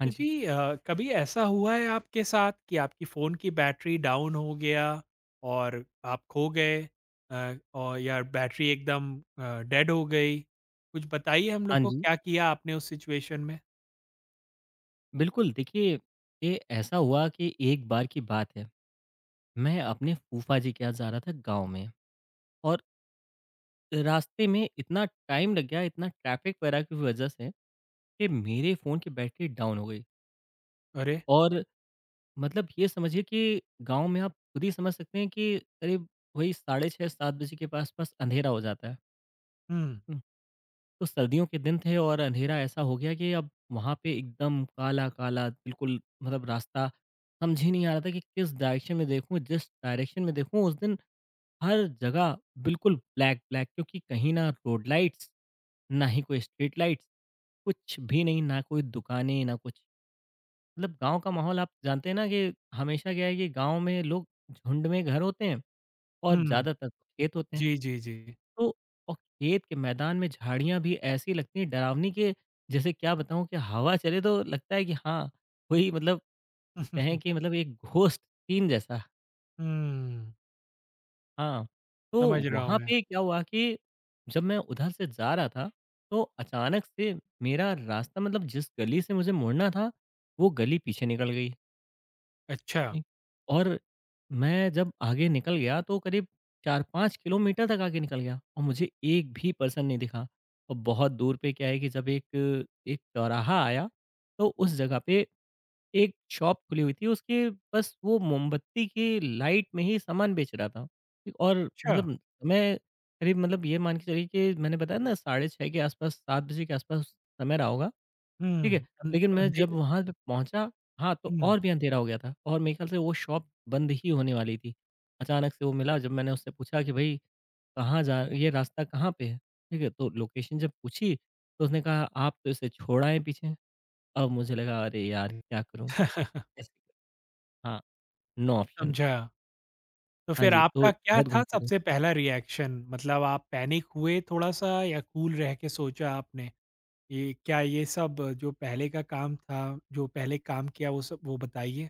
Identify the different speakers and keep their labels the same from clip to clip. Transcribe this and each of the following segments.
Speaker 1: हाँ
Speaker 2: जी
Speaker 1: जी,
Speaker 2: कभी ऐसा हुआ है आपके साथ कि आपकी फ़ोन की बैटरी डाउन हो गया और आप खो गए और या बैटरी एकदम डेड हो गई? कुछ बताइए हम लोग
Speaker 1: हाँ
Speaker 2: को
Speaker 1: जी।
Speaker 2: क्या किया आपने उस सिचुएशन में?
Speaker 1: बिल्कुल, देखिए, ये ऐसा हुआ कि एक बार की बात है, मैं अपने फूफा जी के यहाँ जा रहा था गाँव में, और रास्ते में इतना टाइम लग गया, इतना ट्रैफ़िक वगैरह की वज़ह से कि मेरे फ़ोन की बैटरी डाउन हो गई।
Speaker 2: अरे!
Speaker 1: और मतलब ये समझिए कि गाँव में आप खुद ही समझ सकते हैं कि करीब वही साढ़े 6, 7 बजे के आस-पास अंधेरा हो जाता है।
Speaker 2: हुँ,
Speaker 1: तो सर्दियों के दिन थे और अंधेरा ऐसा हो गया कि अब वहाँ पे एकदम काला-काला, बिल्कुल मतलब रास्ता समझ ही नहीं आ रहा था कि किस डायरेक्शन में देखूँ, जिस डायरेक्शन में देखूँ उस दिन हर जगह बिल्कुल ब्लैक-ब्लैक, क्योंकि कहीं ना रोड लाइट्स, ना ही कोई स्ट्रीट लाइट्स, कुछ भी नहीं, ना कोई दुकानें, ना कुछ। मतलब गाँव का माहौल आप जानते हैं ना कि हमेशा क्या है कि गाँव में लोग झुंड में घर होते हैं और
Speaker 2: हुँ।
Speaker 1: ज़्यादातर तो खेत होते हैं।
Speaker 2: जी, जी, जी।
Speaker 1: तो और खेत के मैदान में झाड़ियाँ भी ऐसी लगती हैं डरावनी, के जैसे क्या बताऊँ कि हवा चले तो लगता है कि हाँ, कोई मतलब कहें कि, मतलब एक घोस्ट सीन जैसा।
Speaker 2: हुँ,
Speaker 1: हाँ, तो
Speaker 2: समझ रहा हूँ
Speaker 1: वहाँ
Speaker 2: मैं।
Speaker 1: पे क्या हुआ कि जब मैं उधर से जा रहा था, तो अचानक से मेरा रास्ता, मतलब जिस गली से मुझे मुड़ना था, वो गली पीछे निकल गई।
Speaker 2: अच्छा,
Speaker 1: एक, और मैं जब आगे निकल गया तो करीब 4-5 किलोमीटर तक आगे निकल गया और मुझे एक भी पर्सन नहीं दिखा। और बहुत दूर पे क्या है कि जब एक एक चौराहा आया तो उस जगह पे एक शॉप खुली हुई थी, उसके बस वो मोमबत्ती की लाइट में ही सामान बेच रहा था। ठीक, और
Speaker 2: अच्छा।
Speaker 1: मतलब मैं करीब, मतलब ये मान के चलिए कि मैंने बताया ना, 6:30 के आस-पास, 7 बजे के आस-पास समय रहा होगा। ठीक है?
Speaker 2: हुँ, अन
Speaker 1: लेकिन मैं
Speaker 2: अंधे
Speaker 1: जब वहाँ पे पहुँचा, हाँ, तो
Speaker 2: हुँ,
Speaker 1: और भी अंधेरा हो गया था और मेरे ख़्याल से वो शॉप बंद ही होने वाली थी। अचानक से वो मिला, जब मैंने उससे पूछा कि भई, कहाँ जा, ये रास्ता कहाँ पे है? ठीक है? तो लोकेशन जब पूछी तो उसने कहा, आप तो इसे छोड़ आए पीछे। अब मुझे लगा, अरे यार, क्या करूँ? ऐसे, हाँ, नो ऑप्शन।
Speaker 2: समझा। तो
Speaker 1: हाँ
Speaker 2: फिर
Speaker 1: जी,
Speaker 2: आपका
Speaker 1: तो
Speaker 2: क्या
Speaker 1: बहुत
Speaker 2: था
Speaker 1: घूम फिर के गए।
Speaker 2: सबसे पहला रिएक्शन? मतलब आप पैनिक हुए थोड़ा-सा या कूल रह के सोचा आपने? ये सब जो पहले का काम था, जो पहले काम किया वो सब वो बताइए?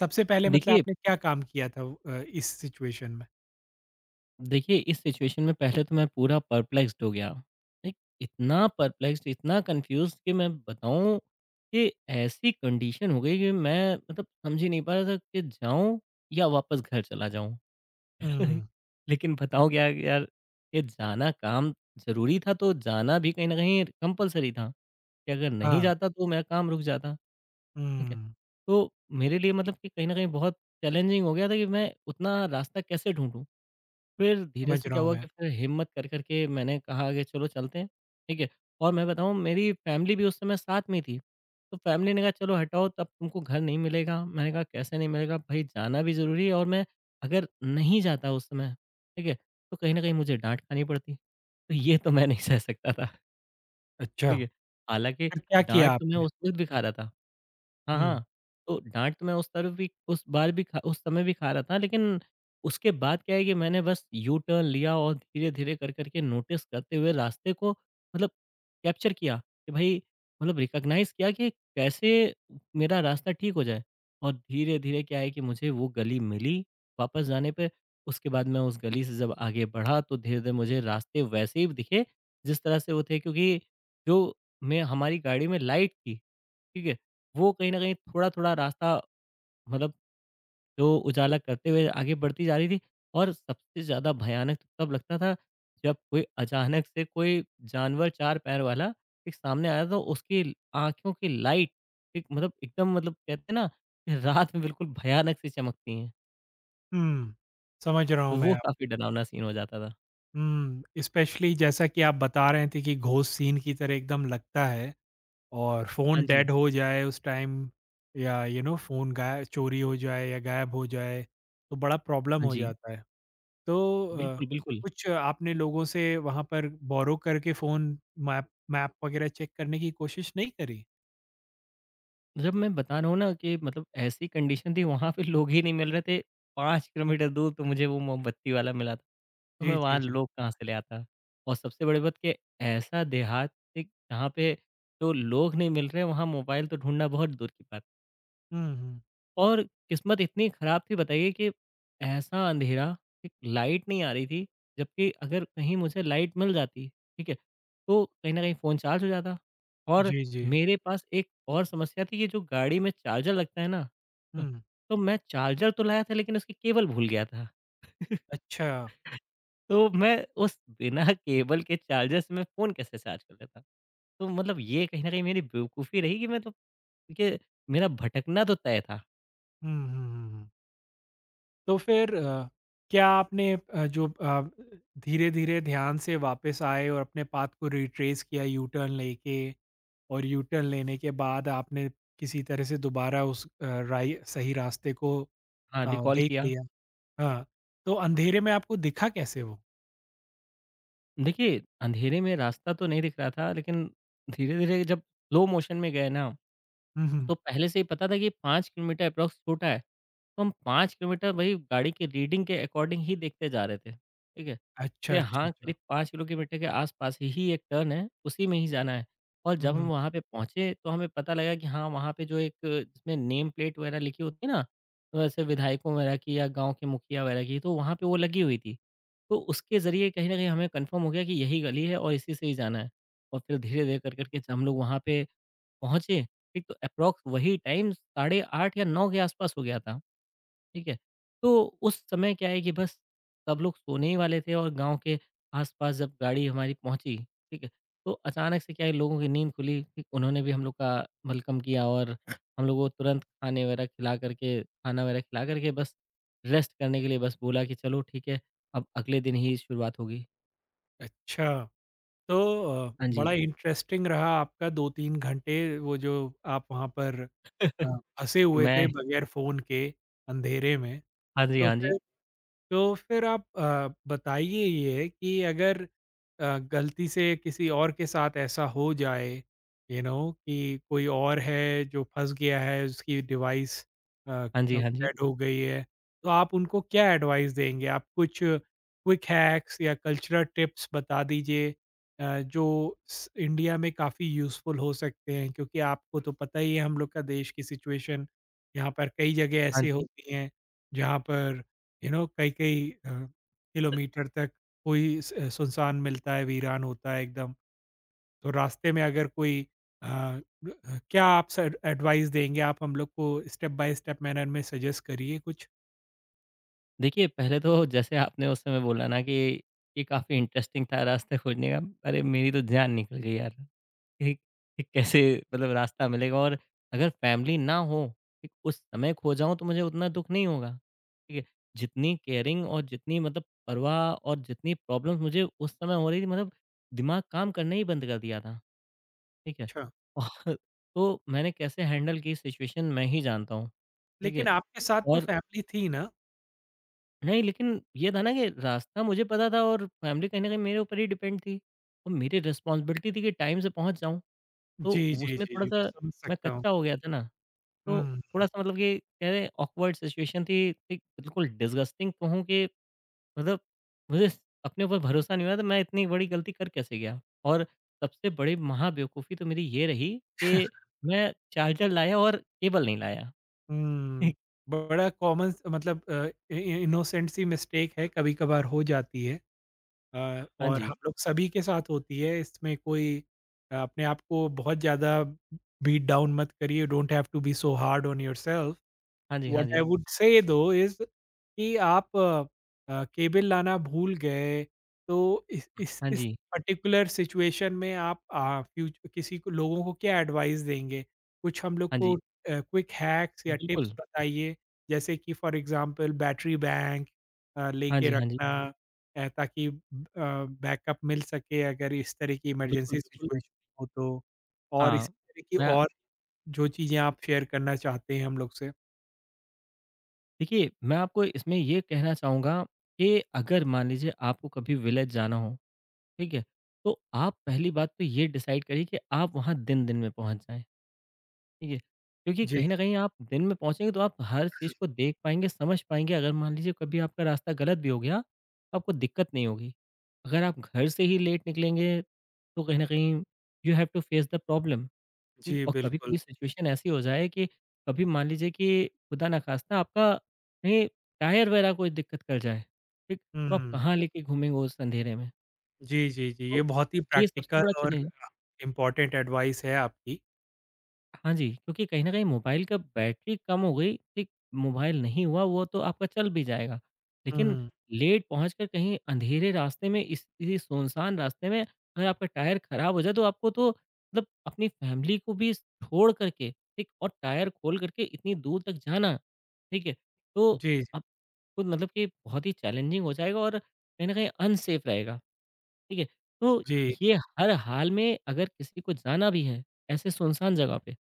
Speaker 2: सबसे पहले मतलब
Speaker 1: देखिए,
Speaker 2: आपने क्या काम किया था इस सिचुएशन में?
Speaker 1: देखिए, इस सिचुएशन में पहले तो मैं पूरा परप्लेक्स्ड हो गया। लाइक इतना परप्लेक्स्ड, इतना कन्फ्यूज़्ड कि मैं बताऊँ कि ऐसी कंडीशन हो गई कि मैं, मतलब समझ ही नहीं पा रहा था कि जाऊँ या वापस घर चला जाऊँ।
Speaker 2: हुँ,
Speaker 1: लेकिन बताऊँ क्या कि यार, ये जाना काम ज़रूरी था, तो जाना भी कहीं न कहीं कंपल्सरी था कि अगर नहीं
Speaker 2: हाँ,
Speaker 1: जाता तो मेरा काम रुक जाता, ठीक है।
Speaker 2: हुँ,
Speaker 1: तो मेरे लिए, मतलब कि कहीं न कहीं बहुत चैलेंजिंग हो गया था कि मैं उतना रास्ता कैसे ढूँढूँ? फिर धीरे
Speaker 2: समझ
Speaker 1: से
Speaker 2: रहा
Speaker 1: क्या
Speaker 2: हूँ
Speaker 1: हुआ
Speaker 2: मैं।
Speaker 1: कि फिर हिम्मत कर कर के मैंने कहा कि चलो चलते हैं, ठीक है। और मैं बताऊँ, मेरी फैमिली भी उस समय साथ में ही थी। तो फैमिली ने कहा, चलो हटाओ, तब तुमको घर नहीं मिलेगा। मैंने कहा, कैसे नहीं मिलेगा? भाई, जाना भी ज़रूरी है और मैं, अगर नहीं जाता उस समय, ठीक है, तो कहीं न कहीं मुझे डाँट खानी पड़ती। तो ये तो मैं नहीं सह सकता था,
Speaker 2: अच्छा,
Speaker 1: ठीक है।
Speaker 2: फिर
Speaker 1: हालाँकि
Speaker 2: क्या किया
Speaker 1: डाँट तो मैं
Speaker 2: आपने?
Speaker 1: उस वक़्त भी खा रहा था। हाँ,
Speaker 2: हुँ,
Speaker 1: हाँ। तो डाँट तो मैं उस तरफ भी, उस बार भी खा उस समय भी खा रहा था, लेकिन उसके बाद क्या है कि मैंने बस यू टर्न लिया और धीरे-धीरे कर, कर के नोटिस करते हुए रास्ते को, मतलब कैप्चर किया कि भई, मतलब रिकॉग्नाइज़ किया कि कैसे मेरा रास्ता ठीक हो जाए। और धीरे-धीरे क्या है कि मुझे वो गली मिली वापस जाने पे। उसके बाद मैं उस गली से जब आगे बढ़ा तो धीरे-धीरे मुझे रास्ते वैसे ही दिखे जिस तरह से वो थे, क्योंकि जो, मैं, हमारी गाड़ी में लाइट थी, ठीक है? वो कहीं न कहीं थोड़ा-थोड़ा रास्ता, मतलब जो उजाला करते हुए आगे बढ़ती जा रही थी। और सबसे ज़्यादा भयानक तो तब लगता था जब कोई अचानक से कोई जानवर 4 पैर वाला एक सामने आया तो उसकी आँखों की लाइट, एक मतलब एकदम, मतलब कहते हैं ना कि रात में बिल्कुल भयानक से चमकती हैं।
Speaker 2: हुँ, समझ रहा हूँ
Speaker 1: तो वो
Speaker 2: मैं।
Speaker 1: काफ़ी डरावना सीन हो जाता था।
Speaker 2: हुँ, स्पेशली जैसा कि आप बता रहे थे कि घोस्ट सीन की तरह एकदम लगता है। और
Speaker 1: हाँ
Speaker 2: फ़ोन
Speaker 1: जी,
Speaker 2: डेड हो जाए उस टाइम या फ़ोन गाय चोरी हो जाए या गायब हो जाए, तो बड़ा प्रॉब्लम
Speaker 1: हाँ
Speaker 2: हो
Speaker 1: जी।
Speaker 2: जाता है। तो
Speaker 1: बिल्कुल, बिल्कुल।
Speaker 2: कुछ आपने लोगों से वहाँ पर बोरो करके फ़ोन मैप मैप वग़ैरह चेक करने की कोशिश नहीं करी?
Speaker 1: जब मैं बता रहा हूँ ना कि, मतलब ऐसी कंडीशन थी, वहाँ पे लोग ही नहीं मिल रहे थे। 5 किलोमीटर दूर तो मुझे वो मोमबत्ती वाला मिला था। तो
Speaker 2: जी,
Speaker 1: मैं
Speaker 2: जी,
Speaker 1: वहाँ
Speaker 2: जी।
Speaker 1: लोग कहाँ से ले आता? और सबसे बड़ी बात कि ऐसा देहात, एक जहाँ पे जो लोग नहीं मिल रहे हैं, वहाँ मोबाइल तो ढूँढना बहुत दूर की बात।
Speaker 2: हुँ, हुँ।
Speaker 1: और किस्मत इतनी खराब थी, बताइए, कि ऐसा अंधेरा, एक लाइट नहीं आ रही थी, जबकि अगर कहीं मुझे लाइट मिल जाती, ठीक है, तो कहीं ना कहीं फ़ोन चार्ज हो जाता। और
Speaker 2: जी, जी।
Speaker 1: मेरे पास एक और समस्या थी कि जो गाड़ी में चार्जर लगता है ना,
Speaker 2: हुँ।
Speaker 1: तो मैं चार्जर तो लाया था, लेकिन उसकी केबल भूल गया था।
Speaker 2: अच्छा।
Speaker 1: तो मैं उस बिना केबल के चार्जर से मैं फोन कैसे चार्ज कर लेता? तो मतलब ये कहीं ना कहीं मेरी बेवकूफी रही कि मैं तो, ये मेरा भटकना तो तय था।
Speaker 2: हुँ, हुँ, हुँ, हुँ। तो फिर क्या आपने जो धीरे-धीरे ध्यान से वापस आए और अपने पाथ को रिट्रेस किया यू टर्न लेके? और यू टर्न लेने के बाद आपने किसी तरह से दोबारा उस राइ सही रास्ते को
Speaker 1: हाँ, रिकॉल
Speaker 2: देख
Speaker 1: किया।
Speaker 2: लिया। हाँ, तो अंधेरे में आपको दिखा कैसे वो?
Speaker 1: देखिए, अंधेरे में रास्ता तो नहीं दिख रहा था, लेकिन धीरे-धीरे जब स्लो मोशन में गए ना,
Speaker 2: हुँ, हुँ।
Speaker 1: तो पहले से ही पता था कि 5 किलोमीटर एप्रॉक्स छोटा है। तो हम 5 किलोमीटर वही गाड़ी की रीडिंग के अकॉर्डिंग ही देखते जा रहे थे, ठीक है?
Speaker 2: अच्छा,
Speaker 1: कि
Speaker 2: अच्छा,
Speaker 1: हाँ,
Speaker 2: अच्छा।
Speaker 1: करीब 5 किलोमीटर के आस-पास ही एक टर्न है, उसी में ही जाना है। और जब हम
Speaker 2: हुँ,
Speaker 1: वहाँ पे पहुँचे तो हमें पता लगा कि हाँ, वहाँ पे जो एक जिसमें नेम प्लेट वगैरह लिखी होती है ना, वैसे विधायकों वगैरह की या गाँव के मुखिया वगैरह की, तो वहाँ पे वो लगी हुई थी। तो उसके ज़रिए कहीं न कहीं हमें कन्फर्म हो गया कि यही गली है और इसी से ही जाना है, और फिर धीरे-धीरे कर कर के हम लोग वहाँ पे पहुँचे, ठीक? तो एप्रॉक्स वही टाइम साढ़े 8 या 9 के आस-पास हो गया था। ठीक है? तो उस समय क्या है कि बस सब लोग सोने ही वाले थे, और गाँव के आस-पास जब गाड़ी हमारी पहुँची, ठीक है? तो अचानक से क्या है, लोगों की नींद खुली, ठीक, उन्होंने भी हम लोग का वेलकम किया, और हम लोगों को तुरंत खाने वगैरह खिला कर के, खाना वगैरह खिला कर के बस रेस्ट करने के लिए बस बोला कि चलो ठीक है, अब अगले दिन ही शुरुआत होगी।
Speaker 2: अच्छा। तो
Speaker 1: हाँ
Speaker 2: बड़ा
Speaker 1: जी।
Speaker 2: इंटरेस्टिंग रहा आपका 2-3 घंटे वो जो आप वहाँ पर अ, फँसे हुए थे
Speaker 1: मैं
Speaker 2: बगैर फ़ोन के अंधेरे में।
Speaker 1: हाँ जी,
Speaker 2: तो
Speaker 1: हाँ जी।
Speaker 2: फिर तो फिर आप बताइए ये कि अगर गलती से किसी और के साथ ऐसा हो जाए, यू नो कि कोई और है जो फंस गया है, उसकी डिवाइस
Speaker 1: हाँ जी, हाँ जी।
Speaker 2: डेड हो गई है, तो आप उनको क्या एडवाइस देंगे? आप कुछ क्विक हैक्स या कल्चरल टिप्स बता दीजिए जो इंडिया में काफ़ी यूज़फुल हो सकते हैं, क्योंकि आपको तो पता ही है हम लोग का देश की सिचुएशन। यहाँ पर कई जगह
Speaker 1: हाँ
Speaker 2: ऐसी
Speaker 1: जी।
Speaker 2: होती हैं जहाँ पर कई कई किलोमीटर तक कोई सुनसान मिलता है, वीरान होता है एकदम। तो रास्ते में अगर कोई क्या आप एडवाइस देंगे? आप हम लोग को स्टेप बाय स्टेप मैनर में सजेस्ट करिए कुछ।
Speaker 1: देखिए, पहले तो जैसे आपने उस समय बोला ना कि ये काफ़ी इंटरेस्टिंग था रास्ता खोजने का। अरे! मेरी तो जान निकल गई यार, ठीक, कि कैसे, मतलब रास्ता मिलेगा, और अगर फैमिली ना हो, ठीक, उस समय खो जाऊँ तो मुझे उतना दुःख नहीं होगा, ठीक है। जितनी केयरिंग और जितनी, मतलब परवाह, और जितनी प्रॉब्लम्स मुझे उस समय हो रही थी, मतलब दिमाग काम करना ही बंद कर दिया था, ठीक है।
Speaker 2: अच्छा।
Speaker 1: और तो मैंने कैसे हैंडल की सिचुएशन मैं ही जानता हूँ, ठीक है।
Speaker 2: लेकिन आपके साथ तो
Speaker 1: और
Speaker 2: फैमिली थी ना।
Speaker 1: नहीं, लेकिन ये था ना कि रास्ता मुझे पता था और फैमिली कहीं न कहीं मेरे ऊपर ही डिपेंड थी, और मेरी रिस्पॉन्सिबिलिटी थी कि टाइम से पहुँच जाऊँ। तो
Speaker 2: जी जी
Speaker 1: उसमें
Speaker 2: जी जी, मैं
Speaker 1: थोड़ा-सा
Speaker 2: समझ
Speaker 1: मैं
Speaker 2: सकता हूँ।
Speaker 1: कच्चा हो गया था ना, तो
Speaker 2: हम्म।
Speaker 1: थोड़ा-सा, मतलब कि कह रहे ऑकवर्ड सिचुएशन थी, एक बिल्कुल डिसगस्टिंग कहूँ कि, मतलब मुझे स अपने ऊपर भरोसा नहीं हुआ था, मैं इतनी बड़ी गलती कर कैसे गया? और सबसे बड़ी महाबेवकूफ़ी तो मेरी ये रही कि मैं चार्जर लाया और केबल नहीं लाया।
Speaker 2: हम्म। बड़ा कॉमन मतलब इनोसेंट सी मिस्टेक है, कभी कभार हो जाती है,
Speaker 1: हाँ
Speaker 2: और हम
Speaker 1: जी।
Speaker 2: लोग सभी के साथ होती है, इसमें कोई अपने आप को बहुत ज़्यादा बीट डाउन मत करिए, don't have to be so hard on yourself.
Speaker 1: हाँ जी, हाँ
Speaker 2: what I
Speaker 1: ji.
Speaker 2: Would say दो इज़ कि आप केबल लाना भूल गए, तो इस इस
Speaker 1: हाँ
Speaker 2: इस
Speaker 1: जी,
Speaker 2: पर्टिकुलर सिचुएशन में आप फ्यूच किसी को लोगों को क्या एडवाइस देंगे? कुछ हम लोग
Speaker 1: हाँ
Speaker 2: को
Speaker 1: जी।
Speaker 2: क्विक हैक्स या
Speaker 1: बिल्कुल।
Speaker 2: टिप्स बताइए, जैसे कि फॉर एग्ज़ाम्पल बैटरी बैंक
Speaker 1: हाँ
Speaker 2: लेके
Speaker 1: जी, हाँ जी।
Speaker 2: रखना ताकि बैकअप मिल सके अगर इस तरह की
Speaker 1: बिल्कुल,
Speaker 2: इमरजेंसी
Speaker 1: बिल्कुल।
Speaker 2: सिचुएशन हो तो? और इसी
Speaker 1: हाँ,
Speaker 2: तरह की
Speaker 1: मैं,
Speaker 2: और जो चीज़ें आप शेयर करना चाहते हैं हम लोग से?
Speaker 1: देखिए, मैं आपको इसमें ये कहना चाहूँगा कि अगर मान लीजिए आपको कभी विलेज जाना हो, ठीक है? तो आप पहली बात तो ये डिसाइड करिए कि आप वहाँ दिन-दिन में पहुँच जाएँ, ठीक है? क्योंकि
Speaker 2: जी।
Speaker 1: कहीं न कहीं आप दिन में पहुँचेंगे तो आप हर चीज़ को देख पाएँगे, समझ पाएँगे। अगर मान लीजिए कभी आपका रास्ता गलत भी हो गया, तो आपको दिक्कत नहीं होगी। अगर आप घर से ही लेट निकलेंगे, तो कहीं न कहीं you have to face the problem. ठीक,
Speaker 2: जी,
Speaker 1: और
Speaker 2: बिल्कुल।
Speaker 1: कभी-कभी सिचुएशन ऐसी हो जाए कि कभी मान लीजिए कि खुदा ना खास्ता आपका कहीं टायर वगैरह कोई दिक्कत कर जाए, ठीक? तो आप
Speaker 2: हुँ।
Speaker 1: कहाँ लेके घूमेंगे उस अंधेरे में?
Speaker 2: जी, जी, जी,
Speaker 1: तो
Speaker 2: ये बहुत ही
Speaker 1: ये सबसे
Speaker 2: प्रैक्टिकल
Speaker 1: बड़ा
Speaker 2: और
Speaker 1: चैलेंज।
Speaker 2: इम्पोर्टेंट एडवाइस है आपकी।
Speaker 1: हाँ जी, क्योंकि कहीं न कहीं मोबाइल का बैटरी कम हो गई, ठीक, मोबाइल नहीं हुआ वो तो आपका चल भी जाएगा। लेकिन
Speaker 2: हुँ,
Speaker 1: लेट पहुँच कर कहीं अँधेरे रास्ते में इस इसी सुनसान रास्ते में अगर आपका टायर खराब हो जाए तो आपको तो, मतलब अपनी फैमिली को भी छोड़ कर के, ठीक, और टायर खोल कर के इतनी दूर तक जाना, ठीक है? तो
Speaker 2: जी,
Speaker 1: आपको मतलब कि बहुत ही चैलेंजिंग हो जाएगा और कहीं न कहीं अनसेफ रहेगा, ठीक है? तो
Speaker 2: जी।
Speaker 1: ये हर हाल में अगर किसी को जाना भी है, ऐसे सुनसान जगह पे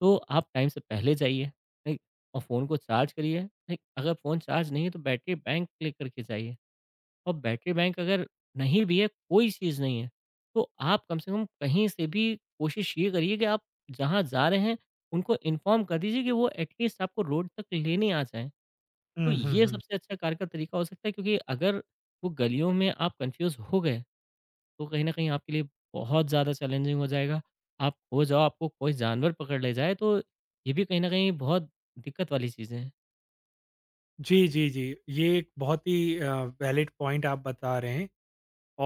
Speaker 1: तो आप टाइम से पहले जाइए, ठीक? और फ़ोन को चार्ज करिए, ठीक? अगर फ़ोन चार्ज नहीं है तो बैटरी बैंक लेकर के जाइए, और बैटरी बैंक अगर नहीं भी है, कोई चीज़ नहीं है, तो आप कम से कम कहीं से भी कोशिश ये करिए कि आप जहाँ जा रहे हैं, उनको इन्फ़ॉर्म कर दीजिए कि वो एटलीस्ट आपको रोड तक लेने आ जाएँ। तो
Speaker 2: हुँ, हुँ,
Speaker 1: ये
Speaker 2: हुँ।
Speaker 1: सबसे अच्छा कार का तरीका हो सकता है क्योंकि अगर वो गलियों में आप कन्फ्यूज़ हो गए तो कहीं न कहीं आपके लिए बहुत ज़्यादा चैलेंजिंग हो जाएगा। आप खो जाओ, आपको कोई जानवर पकड़ ले जाए तो ये भी कहीं न कहीं बहुत दिक्कत वाली चीज़ें हैं।
Speaker 2: जी, जी, जी, ये एक बहुत ही वैलिड पॉइंट आप बता रहे हैं।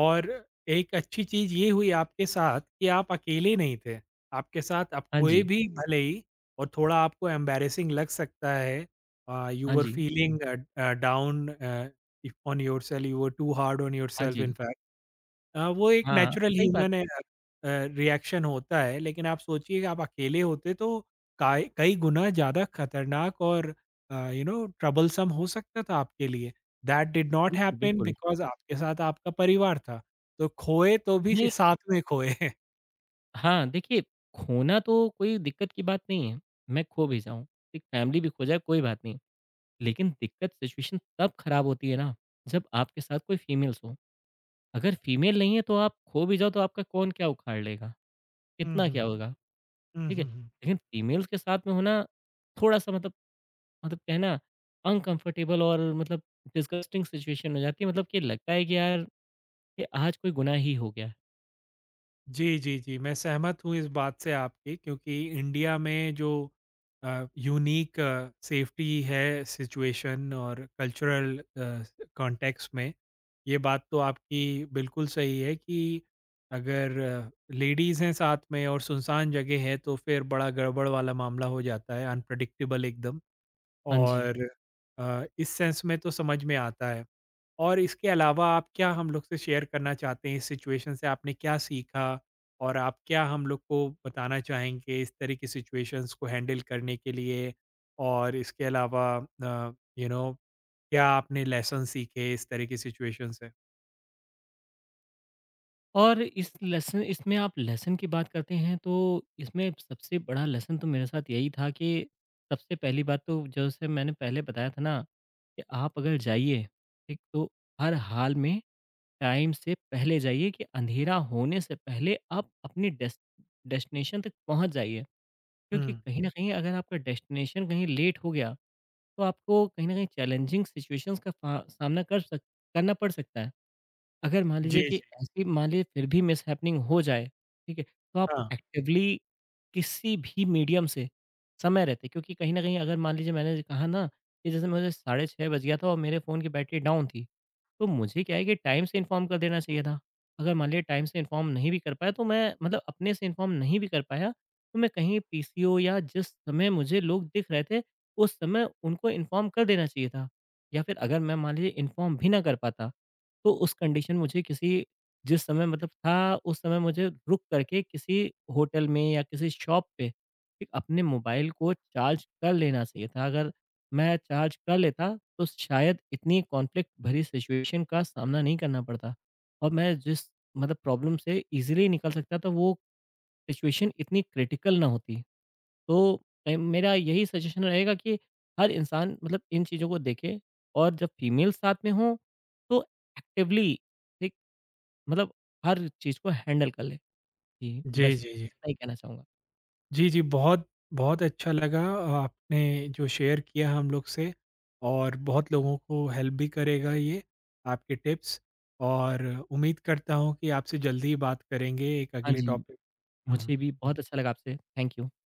Speaker 2: और एक अच्छी चीज़ ये हुई आपके साथ कि आप अकेले नहीं थे। आपके साथ आप
Speaker 1: हाँ
Speaker 2: हुए
Speaker 1: जी,
Speaker 2: भी भले ही, और थोड़ा आपको एम्बैरेसिंग लग सकता है, यू
Speaker 1: हाँ
Speaker 2: वर
Speaker 1: जी,
Speaker 2: feeling down on yourself, you were too hard on
Speaker 1: हाँ
Speaker 2: योरसेल्फ इन
Speaker 1: जी।
Speaker 2: फैक्ट। वो एक
Speaker 1: हाँ,
Speaker 2: नेचुरल जी।
Speaker 1: सही बात
Speaker 2: ह्यूमन
Speaker 1: है।
Speaker 2: अ, रिएक्शन होता है, लेकिन आप सोचिए कि आप अकेले होते तो काई कई गुना ज़्यादा खतरनाक और ट्रबलसम हो सकता था आपके लिए। दैट डिड नॉट
Speaker 1: बिल्कुल,
Speaker 2: हैपन
Speaker 1: बिल्कुल।
Speaker 2: बिकॉज़ आपके साथ आपका परिवार था। तो खोए तो भी
Speaker 1: नहीं,
Speaker 2: स साथ में खोए।
Speaker 1: हाँ, देखिए, खोना तो कोई दिक्कत की बात नहीं है। मैं खो भी जाऊँ, एक फैमिली भी खो जाए कोई बात नहीं। लेकिन दिक्कत सिचुएशन तब ख़राब होती है ना जब आपके साथ कोई फीमेल्स हो। अगर फीमेल नहीं है तो आप खो भी जाओ तो आपका कौन क्या उखाड़ लेगा?
Speaker 2: हुँ,
Speaker 1: कितना
Speaker 2: हुँ,
Speaker 1: क्या
Speaker 2: हुँ।
Speaker 1: होगा?
Speaker 2: हुँ,
Speaker 1: ठीक है?
Speaker 2: हुँ, हुँ।
Speaker 1: लेकिन फीमेल्स के साथ में होना थोड़ा-सा मतलब, मतलब क्या है ना, अनकम्फर्टेबल और मतलब डिस्गस्टिंग सिचुएशन हो जाती है, मतलब कि लगता है कि यार ये आज कोई गुनाह ही हो गया है।
Speaker 2: जी, जी, जी। मैं सहमत हूँ इस बात से आपकी, क्योंकि इंडिया में जो यूनिक सेफ्टी है सिचुएशन और कल्चरल कॉन्टेक्स्ट में, ये बात तो आपकी बिल्कुल सही है कि अगर लेडीज़ हैं साथ में और सुनसान जगह है तो फिर बड़ा गड़बड़ वाला मामला हो जाता है, अनप्रेडिक्टेबल एकदम।
Speaker 1: हाँ जी।
Speaker 2: और इस सेंस में तो समझ में आता है। और इसके अलावा आप क्या हम लोग से शेयर करना चाहते हैं, इस सिचुएशन से आपने क्या सीखा? और आप क्या हम लोग को बताना चाहेंगे इस तरह की सिचुएशंस को हैंडल करने के लिए? और इसके अलावा क्या आपने लेसन सीखे इस तरह की सिचुएशन से?
Speaker 1: और इस लेसन इसमें आप लेसन की बात करते हैं तो इसमें सबसे बड़ा लेसन तो मेरे साथ यही था कि सबसे पहली बात तो जैसे मैंने पहले बताया था ना कि आप अगर जाइए, ठीक? तो हर हाल में टाइम से पहले जाइए कि अंधेरा होने से पहले आप अपने डेस्टिनेशन तक पहुँच जाइए।
Speaker 2: हुँ।
Speaker 1: क्योंकि कहीं ना कहीं अगर आपका डेस्टिनेशन कहीं लेट हो गया तो आपको कहीं ना कहीं चैलेंजिंग सिचुएशंस का सामना कर सक करना पड़ सकता है। अगर मान
Speaker 2: जी,
Speaker 1: लीजिए कि
Speaker 2: जी।
Speaker 1: ऐसी मान लीजिए फिर भी मिसहैपनिंग हो जाए, ठीक है? तो आप
Speaker 2: हाँ।
Speaker 1: एक्टिवली किसी भी मीडियम से समय रहते, क्योंकि कहीं न कहीं अगर मान लीजिए, मैंने कहा ना कि जैसे मुझे साढ़े 6 बज गया था और मेरे फ़ोन की बैटरी डाउन थी, तो मुझे क्या है कि टाइम से इन्फॉर्म कर देना चाहिए था। अगर मान लीजिए टाइम से इन्फॉर्म नहीं भी कर पाया, तो मैं मतलब अपने से इन्फॉर्म नहीं भी कर पाया, तो मैं कहीं पीसीओ या जिस समय मुझे लोग दिख रहे थे, उस समय उनको इन्फॉर्म कर देना चाहिए था। या फिर अगर मैं मान लीजिए इन्फॉर्म भी ना कर पाता, तो उस कंडीशन मुझे किसी जिस समय मतलब था उस समय मुझे रुक करके किसी होटल में या किसी शॉप पे एक अपने मोबाइल को चार्ज कर लेना चाहिए था। अगर मैं चार्ज कर लेता तो शायद इतनी कॉन्फ्लिक्ट भरी सिचुएशन का सामना नहीं करना पड़ता और मैं जिस मतलब प्रॉब्लम से ईज़िली निकल सकता था वो सिचुएशन इतनी क्रिटिकल ना होती। तो मेरा यही सजेशन रहेगा कि हर इंसान मतलब इन चीज़ों को देखे और जब फीमेल साथ में हो तो एक्टिवली एक मतलब हर चीज़ को हैंडल कर ले। जी, बस
Speaker 2: जी, जी, जी।
Speaker 1: इतना ही कहना चाहूँगा।
Speaker 2: जी, जी, बहुत बहुत अच्छा लगा आपने जो शेयर किया हम लोग से, और बहुत लोगों को हेल्प भी करेगा ये आपके टिप्स, और उम्मीद करता हूँ कि आपसे जल्दी ही बात करेंगे एक
Speaker 1: हाँ
Speaker 2: अगले
Speaker 1: जी,
Speaker 2: टॉपिक। हुँ।
Speaker 1: मुझे भी बहुत अच्छा लगा आपसे। Thank you.